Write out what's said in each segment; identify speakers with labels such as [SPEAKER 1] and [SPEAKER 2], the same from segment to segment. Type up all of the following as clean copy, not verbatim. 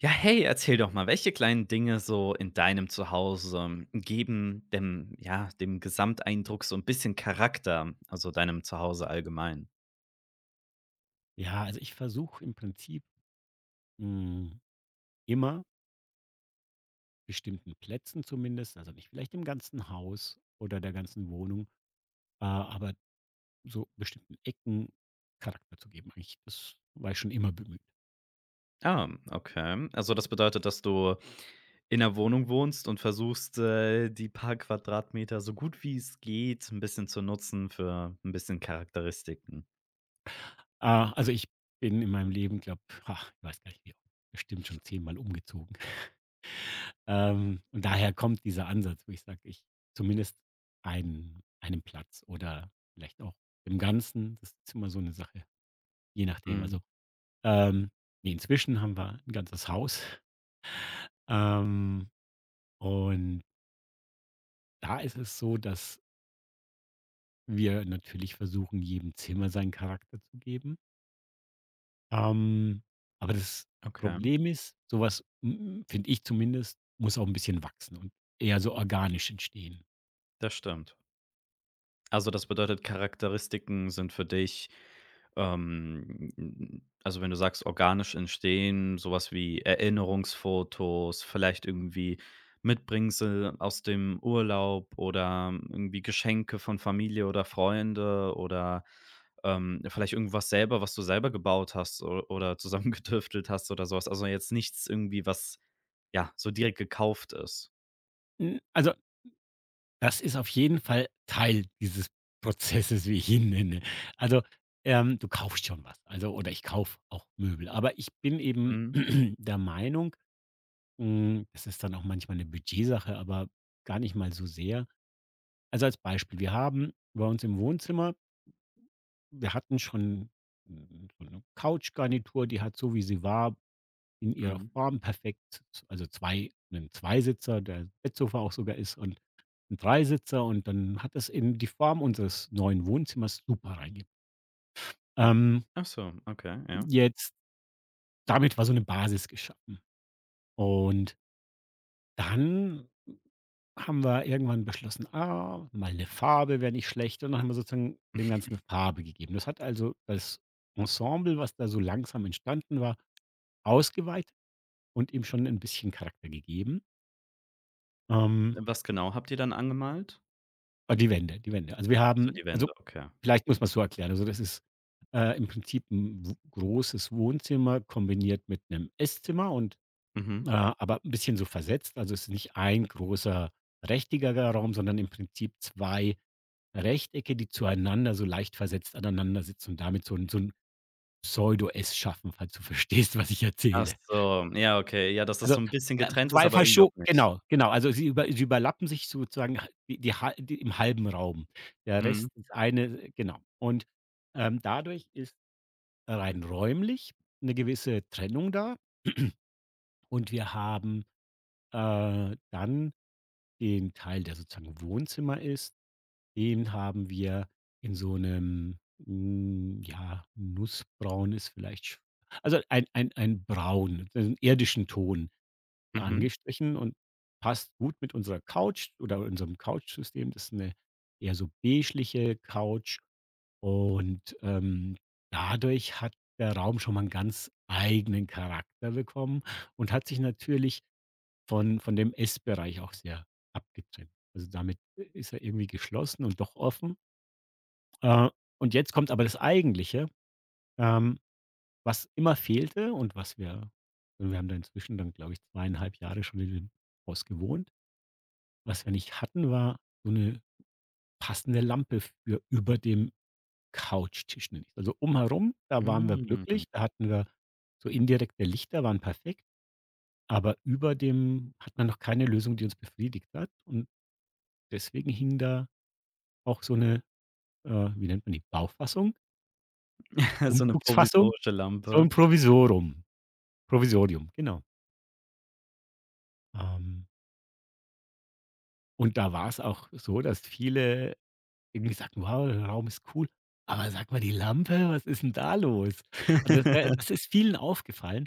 [SPEAKER 1] Ja, hey, erzähl doch mal, welche kleinen Dinge so in deinem Zuhause geben dem, ja, dem Gesamteindruck so ein bisschen Charakter, also deinem Zuhause allgemein?
[SPEAKER 2] Ja, also ich versuche im Prinzip hm, immer bestimmten Plätzen zumindest, also nicht vielleicht im ganzen Haus oder der ganzen Wohnung, aber so bestimmten Ecken Charakter zu geben. Eigentlich, das war ich schon immer bemüht.
[SPEAKER 1] Ah, okay. Also, das bedeutet, dass du in 'ner Wohnung wohnst und versuchst, die paar Quadratmeter so gut wie es geht ein bisschen zu nutzen für ein bisschen Charakteristiken.
[SPEAKER 2] Also ich bin in meinem Leben, glaube ich, weiß gar nicht wie, oft, bestimmt schon 10-mal umgezogen. Und daher kommt dieser Ansatz, wo ich sage, ich zumindest einen Platz oder vielleicht auch im Ganzen, das ist immer so eine Sache, je nachdem.
[SPEAKER 1] Mhm,
[SPEAKER 2] Also Ähm, ne, inzwischen haben wir ein ganzes Haus, ähm, und da ist es so, dass wir natürlich versuchen, jedem Zimmer seinen Charakter zu geben. Ähm, aber das
[SPEAKER 1] okay,
[SPEAKER 2] Problem ist, sowas was, finde ich zumindest, muss auch ein bisschen wachsen und eher so organisch entstehen.
[SPEAKER 1] das stimmt. Also, das bedeutet, Charakteristiken sind für dich, also, wenn du sagst, organisch entstehen, sowas wie Erinnerungsfotos, vielleicht irgendwie Mitbringsel aus dem Urlaub oder irgendwie Geschenke von Familie oder Freunde oder, vielleicht irgendwas selber, was du selber gebaut hast o oder zusammengetüftelt hast oder sowas. Also, jetzt nichts irgendwie, was, ja, so direkt gekauft ist.
[SPEAKER 2] Also, das ist auf jeden Fall Teil dieses Prozesses, wie ich ihn nenne. Also, du kaufst schon was, also oder ich kaufe auch Möbel, aber ich bin eben
[SPEAKER 1] Mhm,
[SPEAKER 2] der Meinung das ist dann auch manchmal eine Budgetsache, aber gar nicht mal so sehr. Also, als Beispiel, wir haben bei uns im Wohnzimmer wir hatten schon, so 'ne Couchgarnitur, die hat so, wie sie war, in ihrer
[SPEAKER 1] mhm.
[SPEAKER 2] Form perfekt, also, 2 'nen Zweisitzer, der Bettsofa auch sogar ist und ein Dreisitzer und dann hat das in die Form unseres neuen Wohnzimmers super reingep ähm,
[SPEAKER 1] Ach so, okay, ja.
[SPEAKER 2] jetzt damit war so eine Basis geschaffen und dann haben wir irgendwann beschlossen, ah, mal eine Farbe wäre nicht schlecht und dann haben wir sozusagen dem Ganzen eine Farbe gegeben. Das hat also das Ensemble, was da so langsam entstanden war, ausgeweitet und ihm schon ein bisschen Charakter gegeben. Ähm,
[SPEAKER 1] Was genau habt ihr dann angemalt?
[SPEAKER 2] ah, die Wände. Also, wir
[SPEAKER 1] So
[SPEAKER 2] haben
[SPEAKER 1] die
[SPEAKER 2] also,
[SPEAKER 1] Wände, okay.
[SPEAKER 2] vielleicht muss man's so erklären. Also, das ist, im Prinzip ein w großes Wohnzimmer kombiniert mit einem Esszimmer und
[SPEAKER 1] Mhm.
[SPEAKER 2] aber ein bisschen so versetzt. Also, es ist nicht ein großer rechteckiger Raum, sondern im Prinzip 2 Rechtecke, die zueinander so leicht versetzt aneinander sitzen und damit so ein Pseudo-S schaffen, falls du verstehst, was ich
[SPEAKER 1] Ach
[SPEAKER 2] erzähle.
[SPEAKER 1] so, ja, okay. Ja, dass das
[SPEAKER 2] Also,
[SPEAKER 1] so 'n bisschen getrennt ist,
[SPEAKER 2] 2
[SPEAKER 1] aber irgendwie
[SPEAKER 2] verscho
[SPEAKER 1] auch nicht.
[SPEAKER 2] genau, genau. Also, sie über sie überlappen sich sozusagen ha die die ha die im halben Raum. Der
[SPEAKER 1] Mhm.
[SPEAKER 2] Rest ist eine genau. Und, dadurch ist rein räumlich eine gewisse Trennung da und wir haben, dann den Teil, der sozusagen Wohnzimmer ist, den haben wir in so einem ja, nussbraun ist vielleicht sch, also ein ein Braun, so einen irdischen Ton, Mhm,
[SPEAKER 1] Mhm.
[SPEAKER 2] angestrichen und passt gut mit unserer Couch oder unserem Couchsystem. Das ist eine eher so beigliche Couch und, dadurch hat der Raum schon mal einen ganz eigenen Charakter bekommen und hat sich natürlich von dem Essbereich auch sehr abgetrennt. Also, damit ist er irgendwie geschlossen und doch offen. Äh, und jetzt kommt aber das Eigentliche, ähm, was immer fehlte und was wir und wir haben da inzwischen dann, glaube ich, 2,5 Jahre schon in dem Haus gewohnt. Was wir nicht hatten, war so eine passende Lampe für über dem Couchtisch, nenne ich's. Also, umherum, da waren wir
[SPEAKER 1] Hm.
[SPEAKER 2] glücklich, da hatten wir so indirekte Lichter waren perfekt, aber über dem hat man noch keine Lösung, die uns befriedigt hat und deswegen hing da auch so 'ne, wie nennt man die, Baufassung?
[SPEAKER 1] So 'ne
[SPEAKER 2] Umzugsfassung?
[SPEAKER 1] provisorische
[SPEAKER 2] So
[SPEAKER 1] Lampe.
[SPEAKER 2] 'n Provisorum Provisorium, genau. Ähm, und da war's auch so, dass viele irgendwie sagten: „Wow, der Raum ist cool, aber sag mal, die Lampe, was ist 'n da los?“ Also, da das ist vielen aufgefallen.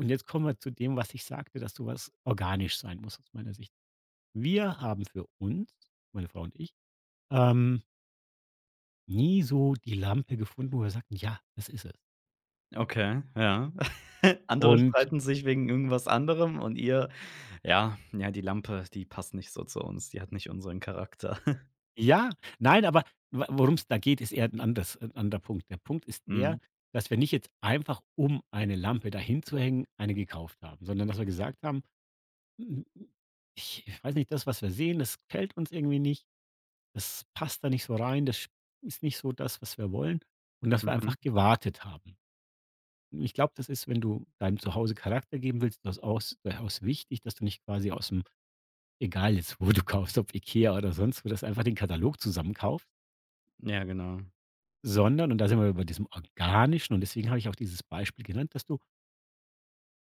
[SPEAKER 2] Und jetzt kommen wir zu dem, was ich sagte, dass so was organisch sein muss aus meiner Sicht. Wir haben für uns, meine Frau und ich, ähm, nie so die Lampe gefunden, wo wir sagten: „Ja, das ist es.“
[SPEAKER 1] Okay, ja. Andere
[SPEAKER 2] Und
[SPEAKER 1] streiten sich wegen irgendwas anderem und ihr ja, ja, die Lampe, die passt nicht so zu uns. Die hat nicht unseren Charakter.
[SPEAKER 2] ja, nein, aber worum es da geht, ist eher ein anderes 'n anderer Punkt. Der Punkt ist
[SPEAKER 1] Mhm.
[SPEAKER 2] der, dass wir nicht jetzt einfach, um eine Lampe dahin zu hängen, eine gekauft haben, sondern dass wir gesagt haben: „Hm, ich weiß nicht, das, was wir sehen, das gefällt uns irgendwie nicht, das passt da nicht so rein, das ist nicht so das, was wir wollen.“ Und dass wir
[SPEAKER 1] Mhm.
[SPEAKER 2] einfach gewartet haben. Ich glaube, das ist, wenn du deinem Zuhause Charakter geben willst, das aus durchaus wichtig, dass du nicht quasi aus dem egal jetzt, wo du kaufst, ob IKEA oder sonst wo, dass einfach den Katalog zusammenkaufst,
[SPEAKER 1] Ja, genau.
[SPEAKER 2] sondern und da sind wir bei diesem Organischen und deswegen habe ich auch dieses Beispiel genannt, dass du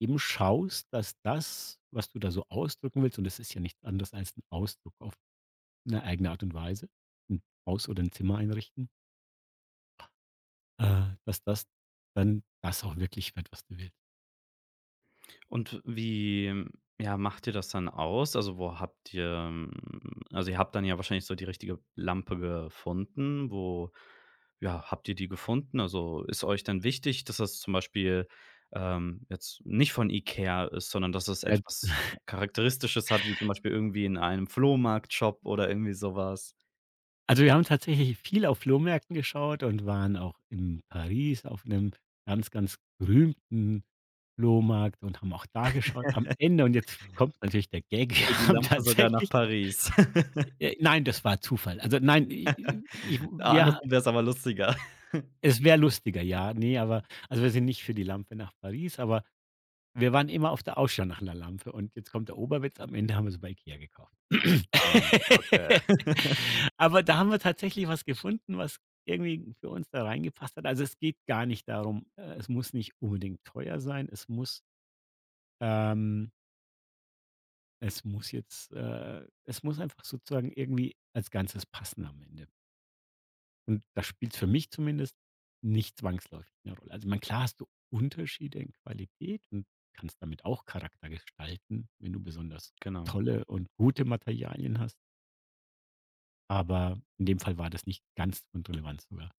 [SPEAKER 2] eben schaust, dass das, was du da so ausdrücken willst und das ist ja nichts anderes als ein Ausdruck auf eine eigene Art und Weise, ein Haus oder ein Zimmer einrichten, dass das dann das auch wirklich wird, was du willst.
[SPEAKER 1] Und wie, ja, macht ihr das dann aus? Also, wo habt ihr hm, also, ihr habt dann ja wahrscheinlich so die richtige Lampe gefunden. Wo, ja, habt ihr die gefunden? Also, ist euch dann wichtig, dass das zum Beispiel, jetzt nicht von IKEA ist, sondern dass es
[SPEAKER 2] Äh,
[SPEAKER 1] etwas Charakteristisches hat, wie zum Beispiel irgendwie in einem Flohmarktshop oder irgendwie sowas?
[SPEAKER 2] also, wir haben tatsächlich viel auf Flohmärkten geschaut und waren auch in Paris auf einem ganz, ganz berühmten Flohmarkt und haben auch da geschaut am Ende und jetzt kommt natürlich der Gag,
[SPEAKER 1] Für die
[SPEAKER 2] wir haben
[SPEAKER 1] Lampe sogar nach
[SPEAKER 2] tatsächlich
[SPEAKER 1] Paris.
[SPEAKER 2] Nein, das war Zufall. Also, nein, i ich
[SPEAKER 1] Ah,
[SPEAKER 2] ja,
[SPEAKER 1] andersrum wäre es aber lustiger.
[SPEAKER 2] es wäre lustiger, ja. Ne, aber also, wir sind nicht für die Lampe nach Paris, aber wir waren immer auf der Ausschau nach 'ner Lampe und jetzt kommt der Oberwitz, am Ende haben wir sie bei IKEA gekauft.
[SPEAKER 1] Ah, okay.
[SPEAKER 2] Aber da haben wir tatsächlich was gefunden, was irgendwie für uns da reingepasst hat. Also, es geht gar nicht darum es muss nicht unbedingt teuer sein. Ähm, es muss jetzt es muss einfach sozusagen irgendwie als Ganzes passen am Ende. Und da spielt's für mich zumindest nicht zwangsläufig eine Rolle. Also, ich meine, klar hast du Unterschiede in Qualität und kannst damit auch Charakter gestalten, wenn du besonders
[SPEAKER 1] Genau.
[SPEAKER 2] tolle und gute Materialien hast. Aber in dem Fall war das nicht ganz von Relevanz sogar.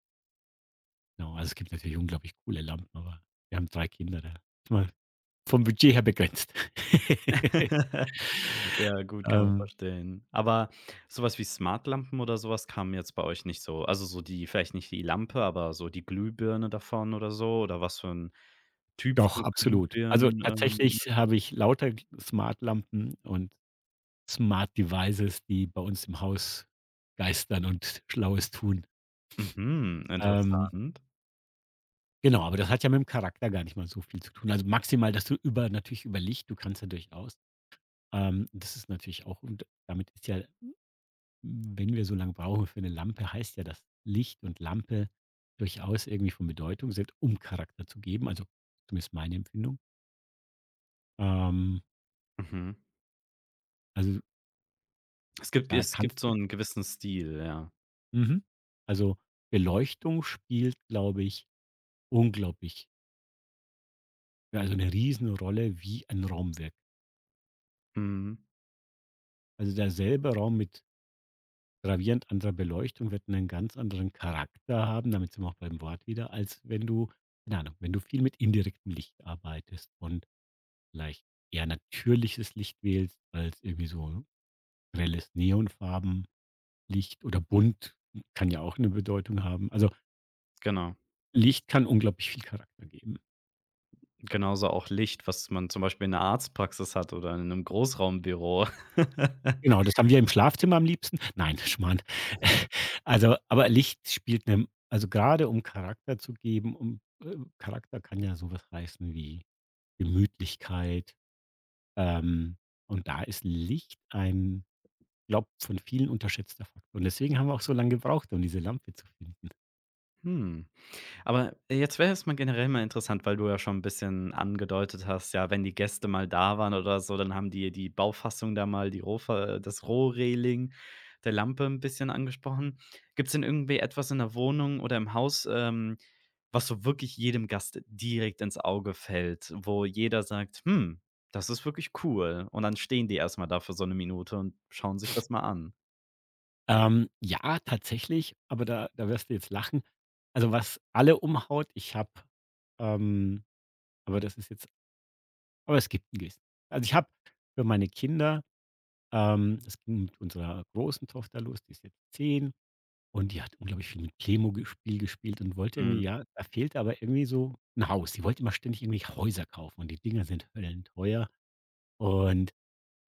[SPEAKER 2] Genau, also, es gibt natürlich unglaublich coole Lampen, aber wir haben 3 Kinder, da ist man vom Budget her begrenzt.
[SPEAKER 1] Ja, gut, kann man
[SPEAKER 2] Ähm,
[SPEAKER 1] verstehen. Aber sowas wie Smartlampen oder sowas kam jetzt bei euch nicht so also, so die vielleicht nicht die Lampe, aber so die Glühbirne davon oder so oder was für ein Typ
[SPEAKER 2] doch,
[SPEAKER 1] von
[SPEAKER 2] absolut. Also,
[SPEAKER 1] Glühbirnen,
[SPEAKER 2] tatsächlich habe ich lauter Smartlampen und Smart Devices, die bei uns im Haus geistern und Schlaues tun.
[SPEAKER 1] mhm,
[SPEAKER 2] Ähm,
[SPEAKER 1] interessant.
[SPEAKER 2] genau, aber das hat ja mit dem Charakter gar nicht mal so viel zu tun. Also maximal, dass du über natürlich über Licht du kannst ja durchaus. Das ist natürlich auch und damit ist ja, wenn wir so lange brauchen für eine Lampe, heißt ja, dass Licht und Lampe durchaus irgendwie von Bedeutung sind, um Charakter zu geben, also zumindest meine Empfindung. Ähm,
[SPEAKER 1] Mhm.
[SPEAKER 2] also
[SPEAKER 1] Es gibt
[SPEAKER 2] da kannst
[SPEAKER 1] so
[SPEAKER 2] du
[SPEAKER 1] einen gewissen Stil, ja.
[SPEAKER 2] mhm. Also Beleuchtung spielt, glaube ich, unglaublich ja, also eine Riesenrolle, wie ein Raum wirkt.
[SPEAKER 1] Mhm,
[SPEAKER 2] Also, derselbe Raum mit gravierend anderer Beleuchtung wird einen ganz anderen Charakter haben, damit sind wir auch beim Wort wieder, als wenn du keine Ahnung, wenn du viel mit indirektem Licht arbeitest und vielleicht eher natürliches Licht wählst als irgendwie so grelles Neonfarbenlicht oder bunt kann ja auch eine Bedeutung haben. Also,
[SPEAKER 1] genau.
[SPEAKER 2] Licht kann unglaublich viel Charakter geben.
[SPEAKER 1] Genauso auch Licht, was man zum Beispiel in der Arztpraxis hat oder in einem Großraumbüro.
[SPEAKER 2] Genau, das haben wir im Schlafzimmer am liebsten. Nein, Schmarrn. Also, aber Licht spielt 'ne also, gerade um Charakter zu geben, um Charakter kann ja so was heißen wie Gemütlichkeit, ähm, und da ist Licht ein, glaube, von vielen unterschätzter Faktor und deswegen haben wir auch so lang gebraucht, um diese Lampe zu finden.
[SPEAKER 1] Hm. Aber jetzt wäre es mal generell mal interessant, weil du ja schon ein bisschen angedeutet hast, ja, wenn die Gäste mal da waren oder so, dann haben die die Baufassung da mal, die Rohver das Rohreling der Lampe ein bisschen angesprochen. Gibt's denn irgendwie etwas in der Wohnung oder im Haus, was so wirklich jedem Gast direkt ins Auge fällt, wo jeder sagt: „Hm, das ist wirklich cool.“ Und dann stehen die erst mal da für so eine Minute und schauen sich das mal an.
[SPEAKER 2] Ja, tatsächlich, aber da wirst du jetzt lachen. Also, was alle umhaut, ich habe, ähm aber das ist jetzt aber es gibt 'n Gest also, ich habe für meine Kinder es ging mit unserer großen Tochter los, die ist jetzt 10 und die hat unglaublich viel mit Playmobil-Spiel gespielt und wollte irgendwie
[SPEAKER 1] Mhm.
[SPEAKER 2] ja, da fehlte aber irgendwie so ein Haus. Sie wollte immer ständig irgendwie Häuser kaufen und die Dinger sind höllenteuer. Und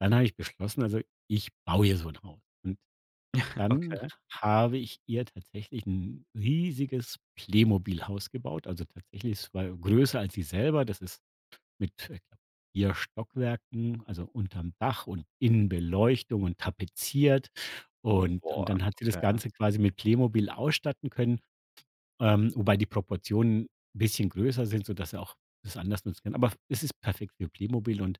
[SPEAKER 2] dann habe ich beschlossen, also, ich baue ihr so ein Haus. Und dann
[SPEAKER 1] Okay.
[SPEAKER 2] habe ich ihr tatsächlich ein riesiges Playmobil-Haus gebaut. Also, tatsächlich, es war größer als sie selber. Das ist mit, ich glaube, 4 Stockwerken, also unterm Dach und Innenbeleuchtung und tapeziert. Und
[SPEAKER 1] Boah,
[SPEAKER 2] dann hat sie das
[SPEAKER 1] okay.
[SPEAKER 2] Ganze quasi mit Playmobil ausstatten können, wobei die Proportionen ein bisschen größer sind, sodass er auch das anders nutzen kann. Aber es ist perfekt für Playmobil und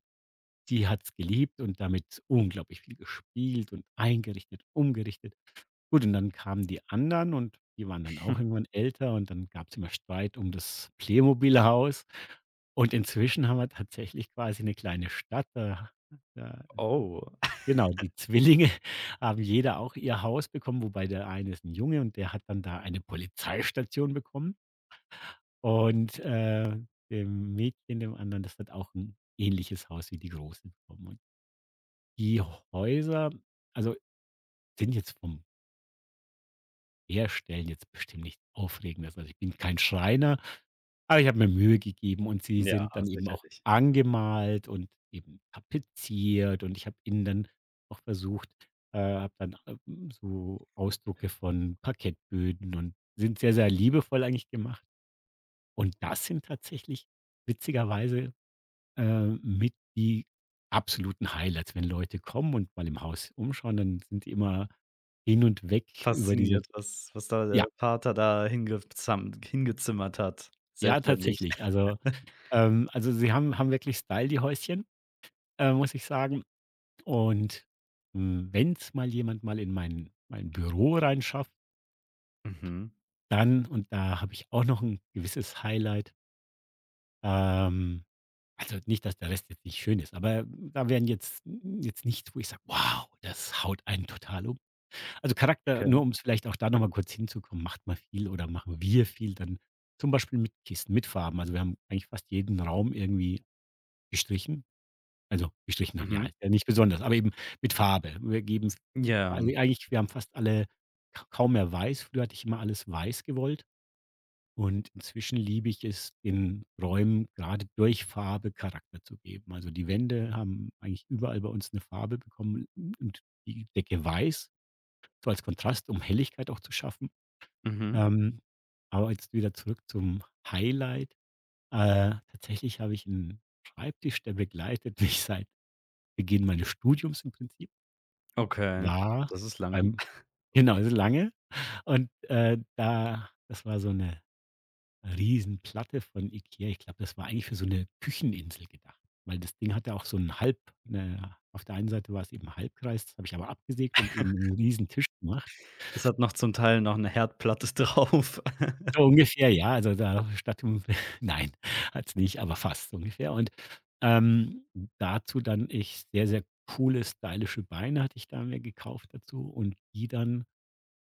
[SPEAKER 2] sie hat es geliebt und damit unglaublich viel gespielt und eingerichtet, umgerichtet. Gut, und dann kamen die anderen und die waren dann auch irgendwann älter und dann gab es immer Streit um das Playmobil-Haus. Und inzwischen haben wir tatsächlich quasi eine kleine Stadt. Da
[SPEAKER 1] Oh.
[SPEAKER 2] genau, die Zwillinge haben jeder auch ihr Haus bekommen, wobei der eine ist ein Junge und der hat dann da eine Polizeistation bekommen. Und, dem Mädchen, dem anderen, das hat auch ein ähnliches Haus wie die Große bekommen. Und die Häuser, also, sind jetzt vom herstellen, jetzt bestimmt nichts Aufregendes. Also, ich bin kein Schreiner, aber ich habe mir Mühe gegeben und sie
[SPEAKER 1] Ja,
[SPEAKER 2] sind dann eben auch
[SPEAKER 1] sicherlich.
[SPEAKER 2] angemalt und eben tapeziert und ich habe ihnen dann auch versucht habe dann, so Ausdrucke von Parkettböden und sind sehr, sehr liebevoll eigentlich gemacht. Und das sind tatsächlich witzigerweise, mit die absoluten Highlights, wenn Leute kommen und mal im Haus umschauen, dann sind die immer hin und weg über diese
[SPEAKER 1] Fasziniert, was da der
[SPEAKER 2] ja,
[SPEAKER 1] Vater da hingezam hingezimmert hat,
[SPEAKER 2] ja,
[SPEAKER 1] selbstständig.
[SPEAKER 2] tatsächlich. Also, sie haben wirklich Style, die Häuschen, muss ich sagen. Und, wenn's mal jemand mal in mein Büro reinschafft,
[SPEAKER 1] Mhm,
[SPEAKER 2] dann und da habe ich auch noch ein gewisses Highlight, ähm also, nicht, dass der Rest jetzt nicht schön ist, aber da werden jetzt jetzt nichts, wo ich sage: „Wow, das haut einen total um.“ Also, Charakter nur
[SPEAKER 1] okay.
[SPEAKER 2] um es vielleicht auch da noch mal kurz hinzukommen, macht man viel oder machen wir viel dann zum Beispiel mit Kisten, mit Farben. Also, wir haben eigentlich fast jeden Raum irgendwie gestrichen. Also, gestrichen ja,
[SPEAKER 1] Mhm.
[SPEAKER 2] ist ja nicht besonders, aber eben mit Farbe. Wir geben.
[SPEAKER 1] Ja,
[SPEAKER 2] Also, eigentlich wir haben fast alle ka kaum mehr weiß. Früher hatte ich immer alles weiß gewollt und inzwischen liebe ich es, den Räumen gerade durch Farbe Charakter zu geben. Also, die Wände haben eigentlich überall bei uns eine Farbe bekommen und die Decke weiß, so als Kontrast, um Helligkeit auch zu schaffen.
[SPEAKER 1] mhm,
[SPEAKER 2] Ähm, aber jetzt wieder zurück zum Highlight. Tatsächlich habe ich einen Schreibtisch, der begleitet mich seit Beginn meines Studiums im Prinzip
[SPEAKER 1] okay.
[SPEAKER 2] war
[SPEAKER 1] Das ist lange.
[SPEAKER 2] beim genau, so lange. Und, da das war so 'ne Riesenplatte von IKEA. Ich glaube, das war eigentlich für so 'ne Kücheninsel gedacht, weil das Ding hatte auch so 'n halb 'ne auf der einen Seite war es eben Halbkreis, das habe ich aber abgesägt und eben 'n Riesentisch gemacht.
[SPEAKER 1] Es hat noch zum Teil noch eine Herdplatte drauf.
[SPEAKER 2] So ungefähr, ja, also da statt dem nein, hat's nicht, aber fast so ungefähr. Und, ähm, dazu dann ich sehr, sehr coole stylische Beine hatte ich da mir gekauft dazu und die dann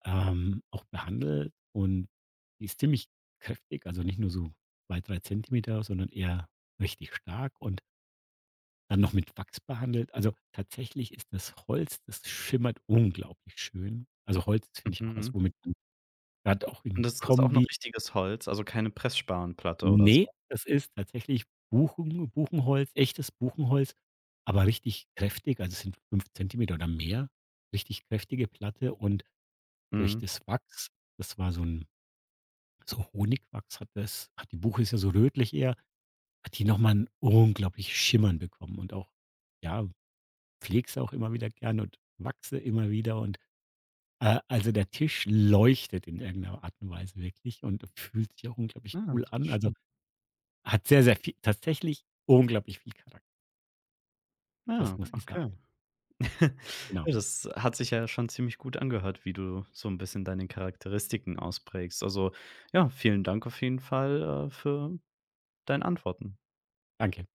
[SPEAKER 2] auch behandelt und die ist ziemlich kräftig, also nicht nur so 2 3 Zentimeter, sondern eher richtig stark und dann noch mit Wachs behandelt. Also tatsächlich ist das Holz, das schimmert unglaublich schön. Also Holz finde ich auch was,
[SPEAKER 1] Mhm.
[SPEAKER 2] womit man grad auch in
[SPEAKER 1] Und das ist auch noch
[SPEAKER 2] Kombi
[SPEAKER 1] richtiges Holz, also keine Pressspanplatte oder so?
[SPEAKER 2] ne, das ist tatsächlich Buchen Buchenholz, echtes Buchenholz, aber richtig kräftig, also es sind 5 cm oder mehr, richtig kräftige Platte und durch
[SPEAKER 1] Mhm.
[SPEAKER 2] das Wachs, das war so ein so Honigwachs hat das hat die Buche ist ja so rötlich eher, hat die noch mal 'n unglaublich Schimmern bekommen und auch ja, pflegst auch immer wieder gern und wachse immer wieder und, also der Tisch leuchtet in irgendeiner Art und Weise wirklich und fühlt sich auch unglaublich
[SPEAKER 1] Ja,
[SPEAKER 2] cool
[SPEAKER 1] das ist
[SPEAKER 2] an. Also,
[SPEAKER 1] schön.
[SPEAKER 2] hat sehr, sehr viel tatsächlich unglaublich viel Charakter,
[SPEAKER 1] Ja,
[SPEAKER 2] das muss ich
[SPEAKER 1] okay.
[SPEAKER 2] sagen. Genau.
[SPEAKER 1] Ja, das hat sich ja schon ziemlich gut angehört, wie du so ein bisschen deine Charakteristiken ausprägst. Also, ja, vielen Dank auf jeden Fall, für deinen Antworten.
[SPEAKER 2] Danke.